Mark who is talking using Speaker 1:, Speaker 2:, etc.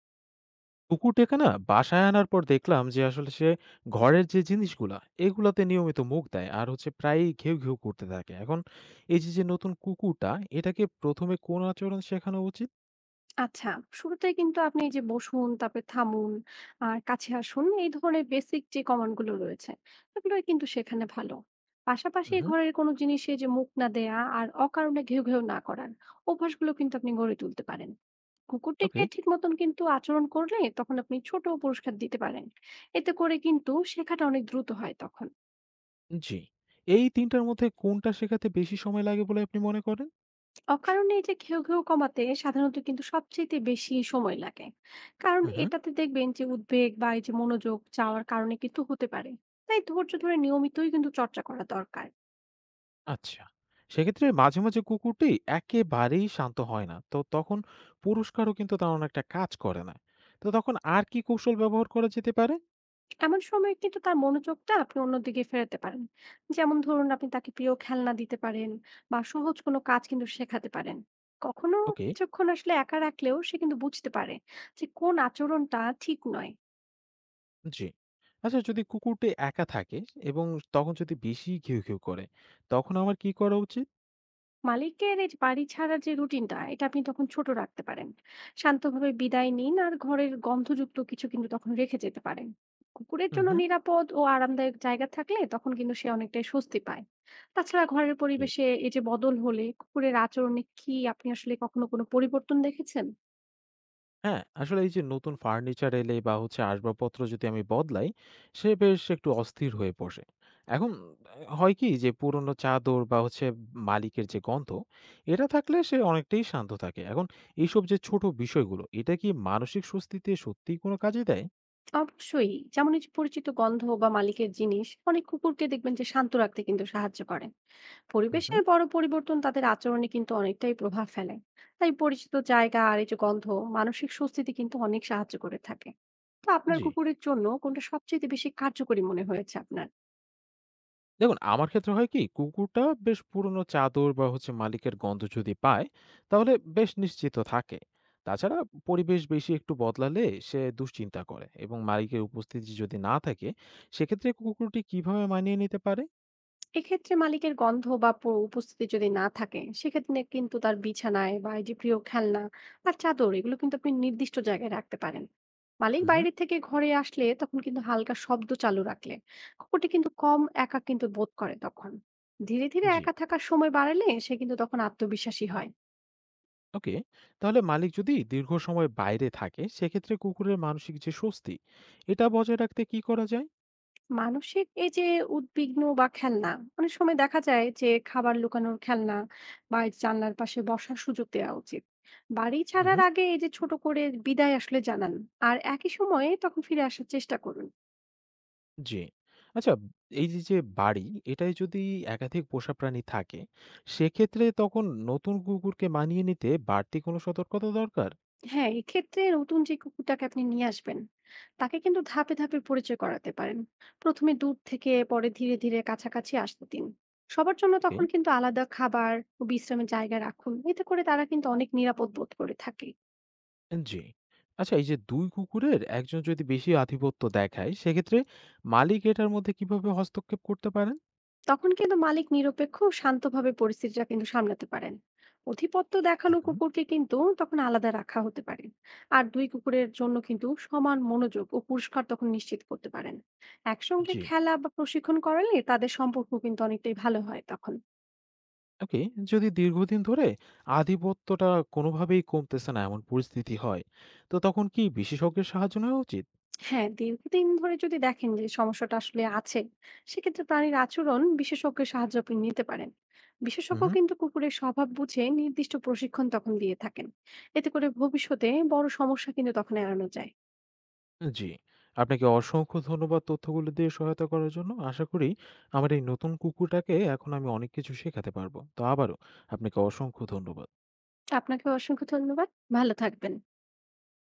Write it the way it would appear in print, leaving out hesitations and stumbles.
Speaker 1: কুকুরটাকে না বাসায় আনার পর দেখলাম যে আসলে সে ঘরের যে জিনিসগুলা এগুলাতে নিয়মিত মুখ দেয় আর হচ্ছে প্রায়ই ঘেউ ঘেউ করতে থাকে এখন। এই যে যে নতুন কুকুরটা, এটাকে প্রথমে কোন আচরণ শেখানো উচিত?
Speaker 2: আচ্ছা, শুরুতে কিন্তু আপনি এই যে বসুন, তারপরে থামুন, আর কাছে আসুন এই ধরনের বেসিক যে কমান্ড গুলো রয়েছে, এগুলোই কিন্তু সেখানে ভালো। পাশাপাশি
Speaker 1: হুম।
Speaker 2: ঘরের কোনো জিনিসে যে মুখ না দেয়া আর অকারণে ঘেউ ঘেউ না করার অভ্যাসগুলো কিন্তু আপনি গড়ে তুলতে পারেন।
Speaker 1: ওকে।
Speaker 2: কুকুরটিকে ঠিক মতন কিন্তু আচরণ করলে তখন আপনি ছোট পুরস্কার দিতে পারেন। এতে করে কিন্তু শেখাটা অনেক দ্রুত হয় তখন।
Speaker 1: জি, এই তিনটার মধ্যে কোনটা শেখাতে বেশি সময় লাগে বলে আপনি মনে করেন?
Speaker 2: অকারণে এই যে ঘেউ ঘেউ কমাতে সাধারণত কিন্তু সবচেয়ে বেশি সময় লাগে, কারণ
Speaker 1: হুম।
Speaker 2: এটাতে দেখবেন যে উদ্বেগ বা এই যে মনোযোগ চাওয়ার কারণে কিন্তু হতে পারে। তাই ধৈর্য ধরে নিয়মিতই কিন্তু চর্চা করা দরকার।
Speaker 1: আচ্ছা, সেক্ষেত্রে মাঝে মাঝে কুকুরটি একেবারেই শান্ত হয় না তো তখন, পুরস্কারও কিন্তু তেমন একটা কাজ করে না, তো তখন আর কি কৌশল ব্যবহার করা যেতে পারে?
Speaker 2: এমন সময় কিন্তু তার মনোযোগটা আপনি অন্যদিকে ফেরাতে পারেন। যেমন ধরুন, আপনি তাকে প্রিয় খেলনা দিতে পারেন, বা সহজ কোনো কাজ কিন্তু শেখাতে পারেন। কখনো
Speaker 1: ওকে।
Speaker 2: কিছুক্ষণ আসলে একা রাখলেও সে কিন্তু বুঝতে পারে যে কোন আচরণটা ঠিক নয়।
Speaker 1: জি। আচ্ছা, যদি কুকুরটি একা থাকে এবং তখন যদি বেশি ঘিউ, ঘিউ করে, তখন আমার কি করা উচিত?
Speaker 2: মালিকের এই যে বাড়ি ছাড়ার যে রুটিনটা, এটা আপনি তখন ছোট রাখতে পারেন। শান্তভাবে বিদায় নিন আর ঘরের গন্ধযুক্ত কিছু কিন্তু তখন রেখে যেতে পারেন। কুকুরের
Speaker 1: হুম
Speaker 2: জন্য
Speaker 1: হুম।
Speaker 2: নিরাপদ ও আরামদায়ক জায়গা থাকলে তখন কিন্তু সে অনেকটাই স্বস্তি পায়। তাছাড়া ঘরের
Speaker 1: জি।
Speaker 2: পরিবেশে এই যে বদল হলে কুকুরের আচরণে কি আপনি আসলে কখনো কোনো পরিবর্তন দেখেছেন?
Speaker 1: হ্যাঁ, আসলে এই যে নতুন ফার্নিচার এলে বা হচ্ছে আসবাবপত্র যদি আমি বদলাই, সে বেশ একটু অস্থির হয়ে বসে। এখন হয় কি যে পুরনো চাদর বা হচ্ছে মালিকের যে গন্ধ, এটা থাকলে সে অনেকটাই শান্ত থাকে। এখন এইসব যে ছোট বিষয়গুলো, এটা কি মানসিক স্বস্তিতে সত্যিই কোনো কাজে দেয়?
Speaker 2: অবশ্যই, যেমন এই যে পরিচিত গন্ধ বা মালিকের জিনিস অনেক কুকুরকে দেখবেন যে শান্ত রাখতে কিন্তু সাহায্য করে।
Speaker 1: হুম হুম।
Speaker 2: পরিবেশের বড় পরিবর্তন তাদের আচরণে কিন্তু অনেকটাই প্রভাব ফেলে। তাই পরিচিত জায়গা আর এই যে গন্ধ মানসিক স্বস্তিতে কিন্তু অনেক সাহায্য করে থাকে। তো আপনার
Speaker 1: জি।
Speaker 2: কুকুরের জন্য কোনটা সবচেয়ে বেশি কার্যকরী মনে হয়েছে আপনার?
Speaker 1: দেখুন, আমার ক্ষেত্রে হয় কি কুকুরটা বেশ পুরনো চাদর বা হচ্ছে মালিকের গন্ধ যদি পায়, তাহলে বেশ নিশ্চিত থাকে। তাছাড়া পরিবেশ বেশি একটু বদলালে সে দুশ্চিন্তা করে, এবং মালিকের উপস্থিতি যদি না থাকে, সেক্ষেত্রে কুকুরটি কিভাবে মানিয়ে নিতে পারে?
Speaker 2: এক্ষেত্রে মালিকের গন্ধ বা উপস্থিতি যদি না থাকে, সেক্ষেত্রে কিন্তু তার বিছানায় বা এই যে প্রিয় খেলনা আর চাদর এগুলো কিন্তু আপনি নির্দিষ্ট জায়গায় রাখতে পারেন। মালিক
Speaker 1: হুম।
Speaker 2: বাইরে থেকে ঘরে আসলে তখন কিন্তু হালকা শব্দ চালু রাখলে কুকুরটি কিন্তু কম একা কিন্তু বোধ করে তখন। ধীরে ধীরে
Speaker 1: জি,
Speaker 2: একা থাকার সময় বাড়ালে সে কিন্তু তখন আত্মবিশ্বাসী হয়।
Speaker 1: ওকে। তাহলে মালিক যদি দীর্ঘ সময় বাইরে থাকে, সেক্ষেত্রে কুকুরের মানসিক যে স্বস্তি, এটা বজায় রাখতে কি করা যায়?
Speaker 2: মানসিক এই যে উদ্বিগ্ন বা খেলনা, অনেক সময় দেখা যায় যে খাবার লুকানোর খেলনা বা এই জানলার পাশে বসার সুযোগ দেওয়া উচিত। বাড়ি ছাড়ার আগে এই যে ছোট করে বিদায় আসলে জানান, আর একই সময়ে তখন ফিরে আসার চেষ্টা করুন।
Speaker 1: জি। আচ্ছা, এই যে, যে বাড়ি এটায় যদি একাধিক পোষা প্রাণী থাকে, সেক্ষেত্রে তখন নতুন কুকুরকে মানিয়ে নিতে বাড়তি কোনো সতর্কতা দরকার?
Speaker 2: হ্যাঁ, এক্ষেত্রে নতুন যে কুকুরটাকে আপনি নিয়ে আসবেন, তাকে কিন্তু ধাপে ধাপে পরিচয় করাতে পারেন। প্রথমে দূর থেকে, পরে ধীরে ধীরে কাছাকাছি আসতে দিন। সবার জন্য
Speaker 1: ওকে।
Speaker 2: তখন কিন্তু আলাদা খাবার ও বিশ্রামের জায়গা রাখুন। এতে করে তারা কিন্তু অনেক নিরাপদ বোধ করে থাকে।
Speaker 1: জি। আচ্ছা, এই যে ২ কুকুরের একজন যদি বেশি আধিপত্য দেখায়, সেক্ষেত্রে মালিক এটার মধ্যে কিভাবে হস্তক্ষেপ করতে পারেন?
Speaker 2: তখন কিন্তু মালিক নিরপেক্ষ ও শান্তভাবে পরিস্থিতিটা কিন্তু সামলাতে পারেন। অধিপত্য
Speaker 1: হুম,
Speaker 2: দেখানো
Speaker 1: হুম।
Speaker 2: কুকুরকে কিন্তু তখন আলাদা রাখা হতে পারে। আর দুই কুকুরের জন্য কিন্তু সমান মনোযোগ ও পুরস্কার তখন নিশ্চিত করতে পারেন। একসঙ্গে
Speaker 1: জি।
Speaker 2: খেলা বা প্রশিক্ষণ করালে তাদের সম্পর্ক কিন্তু অনেকটাই ভালো হয় তখন।
Speaker 1: ওকে, যদি দীর্ঘদিন ধরে আধিপত্যটা কোনোভাবেই কমতেছে না এমন পরিস্থিতি হয়, তো তখন কি বিশেষজ্ঞের সাহায্য নেওয়া উচিত?
Speaker 2: হ্যাঁ, দীর্ঘদিন ধরে যদি দেখেন যে সমস্যাটা আসলে আছে, সেক্ষেত্রে প্রাণীর আচরণ বিশেষজ্ঞের সাহায্য আপনি নিতে পারেন। বিশেষজ্ঞ
Speaker 1: হুম।
Speaker 2: কিন্তু কুকুরের স্বভাব বুঝে নির্দিষ্ট প্রশিক্ষণ তখন দিয়ে থাকেন। এতে করে ভবিষ্যতে বড় সমস্যা কিন্তু তখন এড়ানো যায়।
Speaker 1: জি। আপনাকে অসংখ্য ধন্যবাদ তথ্যগুলো দিয়ে সহায়তা করার জন্য। আশা করি আমার এই নতুন কুকুরটাকে এখন আমি অনেক কিছু শেখাতে পারবো। তো আবারও আপনাকে অসংখ্য ধন্যবাদ।
Speaker 2: আপনাকে অসংখ্য ধন্যবাদ। ভালো থাকবেন।